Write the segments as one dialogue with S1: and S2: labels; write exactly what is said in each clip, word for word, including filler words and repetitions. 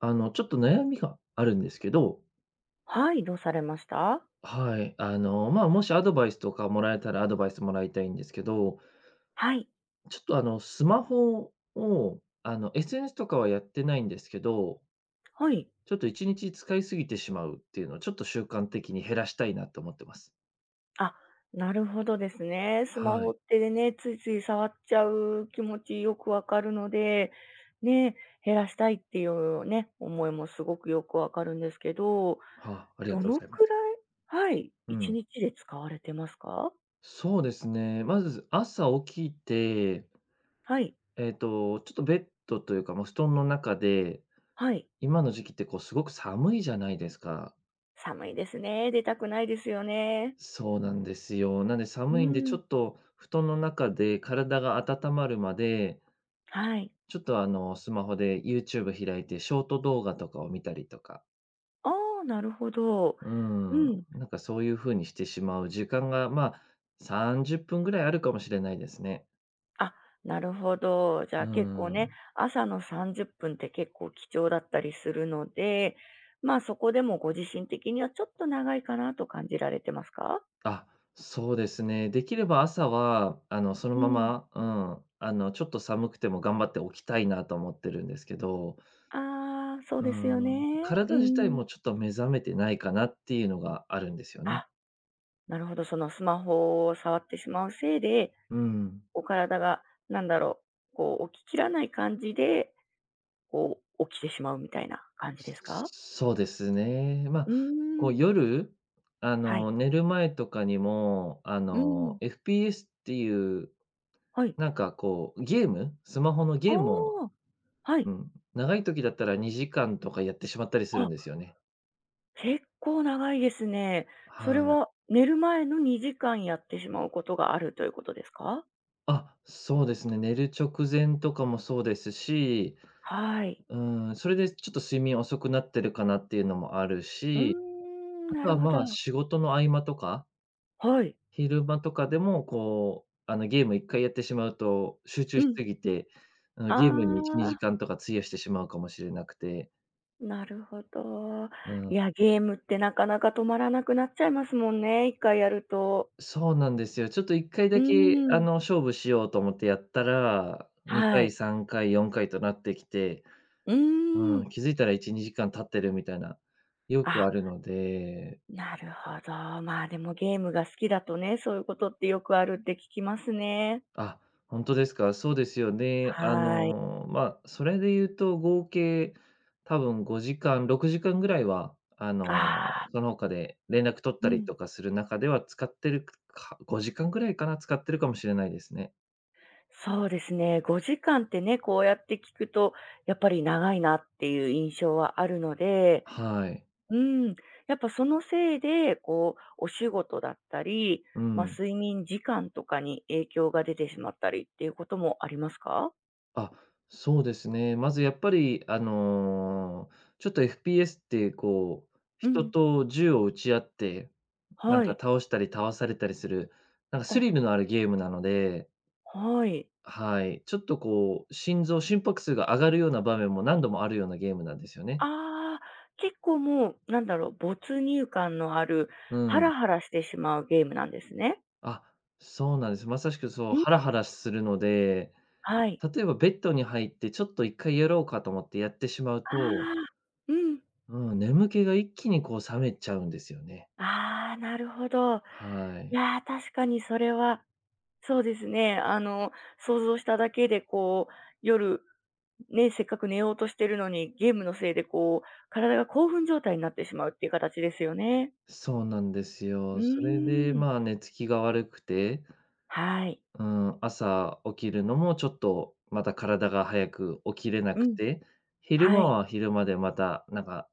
S1: あの、ちょっと悩みがあるんですけど、
S2: はい、どうされました？
S1: はい。あの、まあ、もしアドバイスとかもらえたらアドバイスもらいたいんですけど、
S2: はい、
S1: ちょっとあの、スマホを、あの、エスエヌエス とかはやってないんですけど、
S2: はい。
S1: ちょっといちにち使いすぎてしまうっていうのをちょっと習慣的に減らしたいなと思ってます。
S2: あ、なるほどですね。スマ
S1: は
S2: ホっ
S1: い。
S2: てね、ついつい触っちゃう気持ちよくわかるので、ね、減らしたいっていうね、思いもすごくよくわかるんですけど、
S1: はあ、ありが
S2: ど
S1: とうご
S2: の
S1: ざいま
S2: く
S1: す。
S2: らい、はい、
S1: う
S2: 一
S1: ん。
S2: 日で使われてますか？
S1: そうですね。まず朝起きて、
S2: はい、
S1: えっと、ちょっとベッドというか、もう布団の中で、
S2: はい。
S1: 今の時期ってこうすごく寒いじゃないですか。
S2: 寒いですね。出たくないですよね。
S1: そうなんですよ。なんで
S2: う
S1: 寒いんで、ちょ
S2: ん、
S1: っと布団の中で体が温まるまで、
S2: はい。
S1: ちょっとあの、スマホで YouTube 開いてショート動画とかを見たりとか、
S2: ああ、なるほど。
S1: うー
S2: う
S1: ん、
S2: ん。
S1: なんかそういう風にしてしまう時間が、まあ、さんじゅっぷんぐらいあるかもしれないですね。
S2: あ、なるほど。じゃ
S1: う
S2: あ結構
S1: ー
S2: ね、
S1: ん。
S2: 朝の30分っぷんって結構貴重だったりするので、まあそこでもご自身的にはちょっと長いかなと感じられてますか？
S1: あ、そうですね。できれば朝は、あの、その
S2: う
S1: ま
S2: ん。
S1: ま、うん、あの、ちょっと寒くても頑張って起きたいなと思ってるんですけど、
S2: ああ、そう
S1: う
S2: ですよ
S1: ん、
S2: ね。う
S1: 体自体
S2: ん。
S1: もちょっと目覚めてないかなっていうのがあるんですよね。
S2: あ、なるほど、そのスマホを触ってしまうせいで、
S1: うん。
S2: お体がなんだろう、こう起ききらない感じで、こう起きてしまうみたいな感じですか？
S1: そうですね。まあ、
S2: う
S1: こ
S2: ー
S1: う
S2: ん。
S1: 夜、あ
S2: はい。
S1: の、寝る前とかにも、あ
S2: うん。
S1: の、エフピーエス っていう、
S2: はい。
S1: なんかこう、ゲームスマホの
S2: あ
S1: ゲームを、
S2: あ。はい。
S1: うん、長い時だったらにじかんとかやってしまったりするんで
S2: あ、
S1: すよね。
S2: 結構長いですね。それ
S1: はい。
S2: は寝る前のにじかんやってしまうことがあるということですか？
S1: あ、そうですね、寝る直前とかもそうですし、
S2: はい。
S1: うん、それでちょっと睡眠遅くなってるかなっていうのもある
S2: うー
S1: し、
S2: ん、
S1: あ
S2: な
S1: と
S2: る
S1: は、
S2: ほど。
S1: まあ、仕事の合間とか、
S2: はい。
S1: 昼間とかでも、こう、あの、ゲームいっかいやってしまうと、集中
S2: う
S1: し
S2: ん。
S1: すぎて、あの、
S2: あ
S1: ゲームにいち、2
S2: あ、
S1: 時間とか費やしてしまうかもしれなくて、
S2: なるほど。
S1: う
S2: い
S1: ん、
S2: や、ゲームってなかなか止まらなくなっちゃいますもんね、いっかいやると。
S1: そうなんですよ。ちょっといっかい
S2: う
S1: だけ、
S2: ー
S1: あ
S2: ん。
S1: の、勝負しようと思ってやったら、2
S2: は
S1: 回、
S2: い。
S1: さんかい、よんかいとなってきて、
S2: うー
S1: う
S2: ん。
S1: ん、気づいたらいち、にじかん経ってるみたいな、よく
S2: あ、
S1: あるので。
S2: なるほど。まあ、でもゲームが好きだとね、そういうことってよくあるって聞きますね。
S1: あ、本当ですか。そうですよね。あ
S2: はーい。
S1: の、まあ、それで言うと合計多分ごじかん、ろくじかんぐらいは、あ
S2: ああ、
S1: の、その他で連絡取った
S2: う
S1: り
S2: ん。
S1: とかする中では使ってるかごじかんぐらいかな、使ってるかもしれないですね。
S2: そうですね。ごじかんってね、こうやって聞くと、やっぱり長いなっていう印象はあるので、
S1: はい。
S2: うん。やっぱそのせいで、こう、お仕事だったり、
S1: う
S2: まあ、
S1: ん。
S2: 睡眠時間とかに影響が出てしまったりっていうこともありますか？
S1: あ、そうですね。まずやっぱり、あの、ちょっと エフピーエス ってこう、
S2: う
S1: 人
S2: ん。
S1: と銃を撃ち合って、なん
S2: は
S1: か
S2: い。
S1: 倒したり倒されたりする、なんかスリ
S2: あ、
S1: ルのあるゲームなので。
S2: はい。
S1: はい、ちょっとこう、心臓心拍数が上がるような場面も何度もあるようなゲームなんですよね。
S2: ああ、結構もう、なんだろう、没入感のある、
S1: う
S2: ハ
S1: ん。
S2: ラハラしてしまうゲームなんですね。
S1: あ、そうなんです。まさしくそう、
S2: うん。
S1: ハラハラするので、
S2: はい。
S1: 例えばベッドに入ってちょっといっかいやろうかと思ってやってしまう
S2: あ
S1: と、
S2: あ、うん。
S1: うん、眠気が一気にこう冷めちゃうんですよね。
S2: ああ、なるほど。い
S1: はい。
S2: やー、確かにそれは、そうですね。あの、想像しただけでこう、夜、ね、せっかく寝ようとしてるのに、ゲームのせいでこう、体が興奮状態になってしまうっていう形ですよね。
S1: そうなんです
S2: う
S1: よ。それで、
S2: ーん。
S1: まあ、寝つきが悪くて、
S2: はい。
S1: うん、朝起きるのもちょっと、また体が早く起きれな
S2: う
S1: く
S2: ん。
S1: て、昼
S2: は
S1: 間
S2: い。
S1: は昼間でまた、なんか、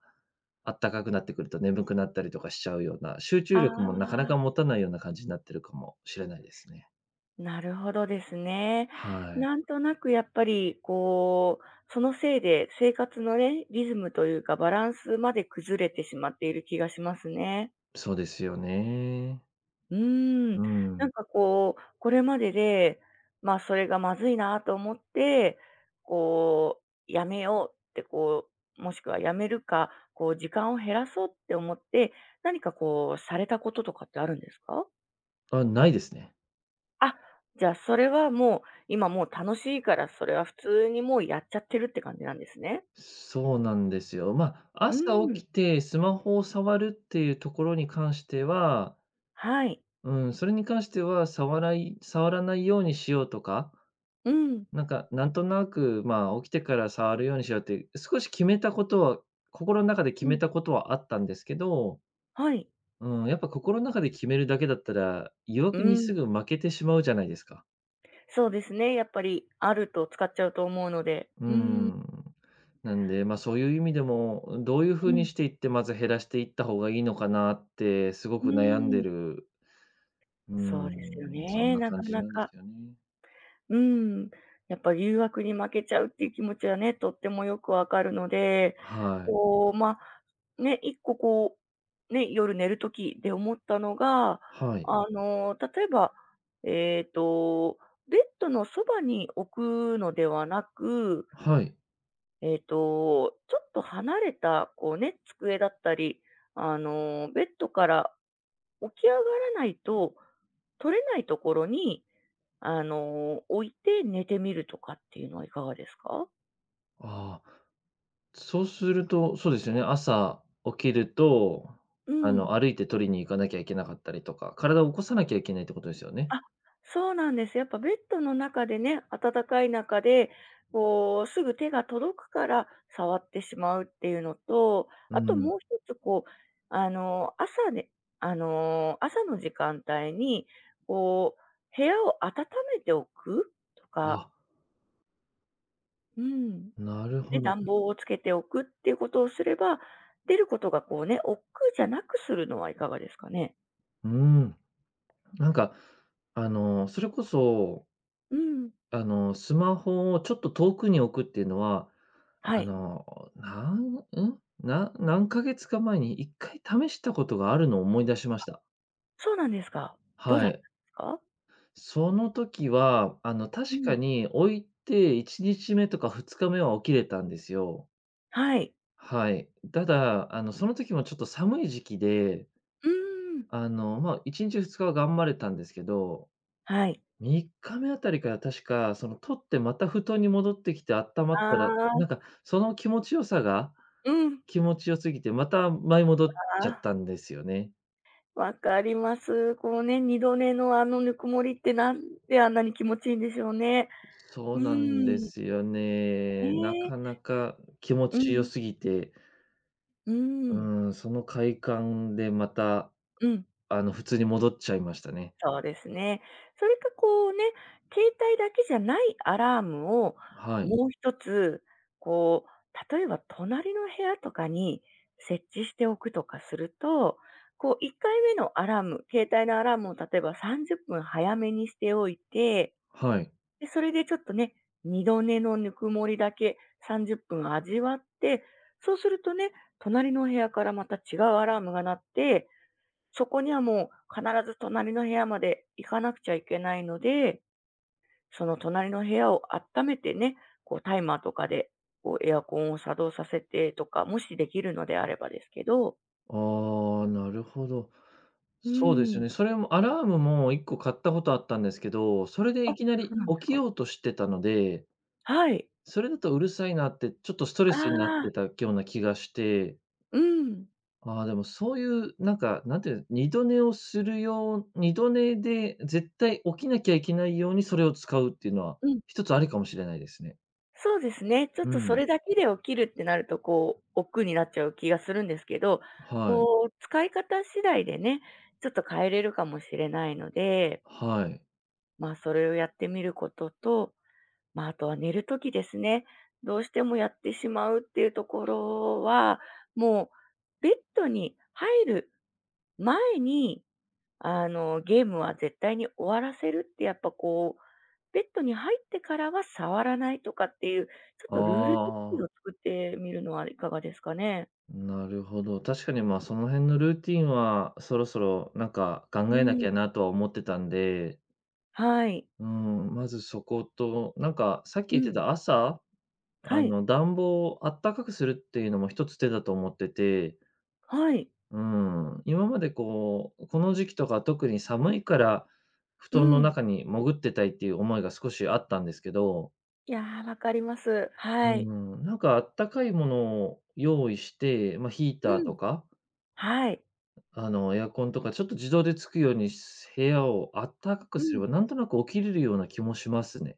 S1: あったかくなってくると眠くなったりとかしちゃうような、集中
S2: あ
S1: 力もなかなか
S2: あ、
S1: 持たないような感じになってるかもしれないですね。
S2: なるほどですね。
S1: はい。
S2: なんとなくやっぱり、こう、そのせいで生活のね、リズムというかバランスまで崩れてしまっている気がしますね。
S1: そうですよね。
S2: うーん、
S1: う
S2: な
S1: ん。
S2: んかこう、これまでで、ま、それがまずいなと思って、こう、やめようってこう、もしくはやめるか、こう時間を減らそうって思って、何かこうされたこととかってあるんですか？
S1: あ、ないですね。
S2: あ、じゃあそれはもう、今もう楽しいから、それは普通にもうやっちゃってるって感じなんですね。
S1: そうなんですよ。まあ、
S2: うー
S1: 朝
S2: ん、
S1: 起きてスマホを触るっていうところに関しては、
S2: はい。
S1: うん、それに関しては触らない触らないようにしようとか、
S2: うん、
S1: なんか、なんとなく、まあ、起きてから触るようにしようって、少し決めたことは心の中で決
S2: う
S1: め
S2: ん、
S1: たことはあったんですけど、
S2: はい。
S1: うん、やっぱ心の中で決めるだけだったら、誘
S2: う
S1: 惑にす
S2: ん、
S1: ぐ負けてしまうじゃないですか。
S2: そうですね、やっぱりあると使っちゃうと思うので。
S1: う
S2: うーん、
S1: ん。なんで、ま、そういう意味でも、どういう
S2: う
S1: 風に
S2: ん。
S1: していって、まず減らしていった方がいいのかなって、すご
S2: う
S1: く悩ん
S2: ー
S1: で
S2: ん、
S1: る、う
S2: そうですよ
S1: ん、そん
S2: ね、ね
S1: な
S2: な
S1: 感
S2: か
S1: じ
S2: な
S1: なんで
S2: か。
S1: すよね。
S2: うん、やっぱ誘惑に負けちゃうっていう気持ちはね、とってもよくわかるので、
S1: はい。
S2: こう、まあ、ね、いっここう、ね、夜寝るときで思ったのが、
S1: はい。
S2: あの、例えば、えっと、ベッドのそばに置くのではなく、
S1: はい。
S2: えっと、ちょっと離れたこうね、机だったり、あの、ベッドから起き上がらないと取れないところに、あの、置いて寝てみるとかっていうのはいかがですか？
S1: ああ。そうすると、そうですよね、朝起きると、
S2: う
S1: あの、
S2: ん。
S1: 歩いて取りに行かなきゃいけなかったりとか、体を起こさなきゃいけないってことですよね。
S2: あ、そうなんです。やっぱベッドの中でね、暖かい中で、こう、すぐ手が届くから触ってしまうっていうのと、
S1: う
S2: あと
S1: ん。
S2: もう一つこう、あの、朝ねあの、朝の時間帯に、こう、部屋を温めておくとか。
S1: あ、
S2: うん。
S1: なる
S2: ね、
S1: ほど。
S2: 暖房をつけておくっていうことをすれば、出ることがこうね、億劫じゃなくするのはいかがですかね？
S1: うん。なんか、あの、それこそ、
S2: うん。
S1: あの、スマホをちょっと遠くに置くっていうのは、
S2: は
S1: あ
S2: い。
S1: の、なん、ん、な何ヶ月か前にいっかい試したことがあるのを思い出しました。
S2: そうなんですか。どうだ
S1: は
S2: ったんで
S1: い。
S2: すか？
S1: その時は、あの、
S2: う
S1: 確
S2: ん。
S1: かに置いていちにちめとかふつかめは起きれたんですよ。
S2: はい。
S1: はい。ただ、あの、その時もちょっと寒い時期で、
S2: うーん。
S1: あの、まあ、いちにちふつかは頑張れたんですけど、
S2: はい。
S1: みっかめあたりから確か、その、取ってまた布団に戻ってきてあったま
S2: あ
S1: ったら、
S2: あ、
S1: なんか、その気持ちよさが
S2: うん。
S1: 気持ちよすぎて、また舞い戻っ
S2: あ
S1: ちゃっ
S2: あ、
S1: たんですよね。
S2: わかります。こうね、二度寝のあのぬくもりってなんであんなに気持ちいいんでしょうね。
S1: そ
S2: う
S1: うなんで
S2: ーん。
S1: すよ
S2: ね
S1: ね。な
S2: え。
S1: かなか気持
S2: う
S1: ちよ
S2: ん。
S1: すぎて、
S2: うー
S1: う
S2: ん。
S1: ーん、その快感でまた、
S2: うん。
S1: あの、普通に戻っちゃいましたね。
S2: そうですね。それかこうね、携帯だけじゃないアラームを
S1: はい。
S2: もう一つ、こう、例えば隣の部屋とかに設置しておくとかすると、こういっかいめのアラーム、携帯のアラームを例えばさんじゅっぷん早めにしておいて、
S1: はい。
S2: で、それでちょっとね、二度寝のぬくもりだけさんじゅっぷん味わって、そうするとね、隣の部屋からまた違うアラームが鳴って、そこにはもう必ず隣の部屋まで行かなくちゃいけないので、その隣の部屋を温めてね、こうタイマーとかでこうエアコンを作動させてとか、もしできるのであればですけど。
S1: ああ、なるほど。
S2: う
S1: そうです
S2: ー
S1: よ
S2: ん。
S1: ね。それもアラームもいっこ買ったことあったんですけど、それで
S2: あ、
S1: い
S2: そ
S1: きな
S2: う
S1: り
S2: なんで
S1: 起
S2: す
S1: き
S2: か。
S1: ようとしてたので、
S2: はい。
S1: それだとうるさいなって、ちょっとストレ
S2: あ
S1: スになっ
S2: あ、
S1: てたような気がして、
S2: うん。
S1: ああ、でもそういう、なんか、なんていうの、二度寝をするよう二度寝で絶対起きなきゃいけないようにそれを使うっていうのは、
S2: うん。
S1: 一つありかもしれないですね。
S2: そうですね。ちょっ
S1: う
S2: とそ
S1: ん、
S2: れだけで起きるってなると、こう、億劫になっちゃう気がするんですけど、
S1: はい。
S2: こう、使い方次第でね、ちょっと変えれるかもしれないので、
S1: はい。
S2: まあ、それをやってみることと、まあ、あとは寝るときですね。どうしてもやってしまうっていうところは、もうベッドに入る前に、あの、ゲームは絶対に終わらせるってやっぱこう、ベッドに入ってからは触らないとかっていう、ちょっ
S1: あ
S2: とルール作り
S1: あ、
S2: を作ってみるのはいかがですかね？
S1: なるほど。確かに、ま、その辺のルーティンは、そろそろなんか考
S2: う
S1: えなき
S2: ん、
S1: ゃなとは思ってたんで、
S2: はい。
S1: うん、まずそこと、なんかさっき
S2: う
S1: 言って
S2: ん。
S1: た朝、
S2: は
S1: あ
S2: い。
S1: の、暖房をあったかくするっていうのも一つ手だと思ってて、
S2: はい。
S1: うん、今までこう、この時期とか特に寒いから、布
S2: う
S1: 団の
S2: ん。
S1: 中に潜ってたいっていう思いが少しあったんですけど、
S2: いやー、わかります。
S1: う
S2: はい。
S1: ん、なんかあったかいものを用意して、まあ、ヒー
S2: う
S1: ターと
S2: ん。
S1: か
S2: はい。
S1: あの、エアコンとかちょっと自動でつくようにし、部屋をあったかく
S2: う
S1: すれ
S2: ん。
S1: ば、なんとなく起きれるような気もしますね。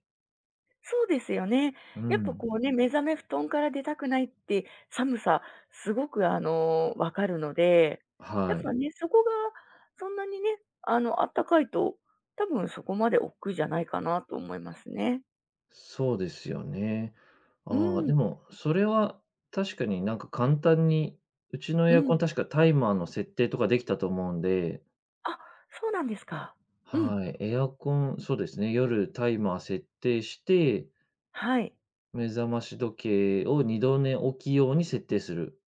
S2: そうですよね。
S1: う
S2: やっぱこ
S1: ん。
S2: うね、目覚め布団から出たくないって寒さ、すごくあの、わかるので、やっ
S1: は
S2: ぱ
S1: い。
S2: ね、そこがそんなにね、あの、あったかいと、多分そこまで億劫じゃないかなと思いますね。
S1: そうですよね。
S2: う
S1: ああ、
S2: ん、
S1: でも、それは確かになんか簡単に、うちの
S2: う
S1: エアコ
S2: ん。
S1: ン確かタイマーの設定とかできたと思うんで、
S2: あ、そうなんですか。うん、
S1: はい、エアコン、そうですね、夜タイマー設定して、
S2: はい。
S1: 目覚まし時計を二度寝起きように設定する。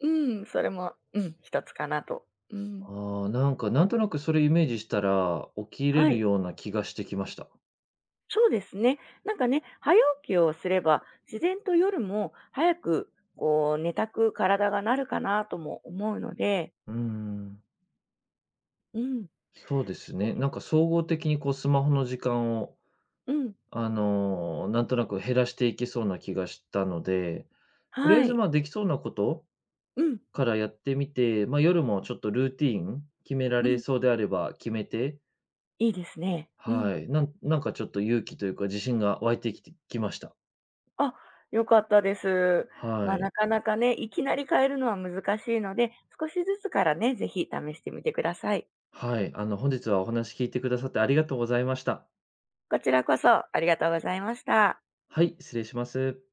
S2: うん、それも、うん、一つかなと。うん、
S1: ああ、なんか、なんとなくそれイメージしたら、起きれ
S2: は
S1: る
S2: い。
S1: ような気がしてきました。
S2: そうですね。なんかね、早起きをすれば、自然と夜も早く、こう、寝たく体がなるかなとも思うので、
S1: うーん、
S2: うん。
S1: そうです
S2: そう
S1: ね。
S2: です。
S1: なんか総合的にこうスマホの時間を、
S2: うん。
S1: あの、なんとなく減らしていけそうな気がしたので、とりあえ
S2: は
S1: ず、
S2: い。
S1: ま、できそうなこと
S2: うん。
S1: からやってみて、ま、夜もちょっとルーティーン決めら
S2: う
S1: れ
S2: ん。
S1: そうであれば決めて、
S2: いいですね。うん。
S1: はい、なんなんかちょっと勇気というか自信が湧いてきてきました。
S2: あ、良かったです。ま
S1: は
S2: あ、な
S1: い。
S2: かなかね、いきなり変えるのは難しいので、少しずつからね、ぜひ試してみてください。
S1: はい、あの、本日はお話聞いてくださってありがとうございました。
S2: こちらこそありがとうございました。
S1: はい、失礼します。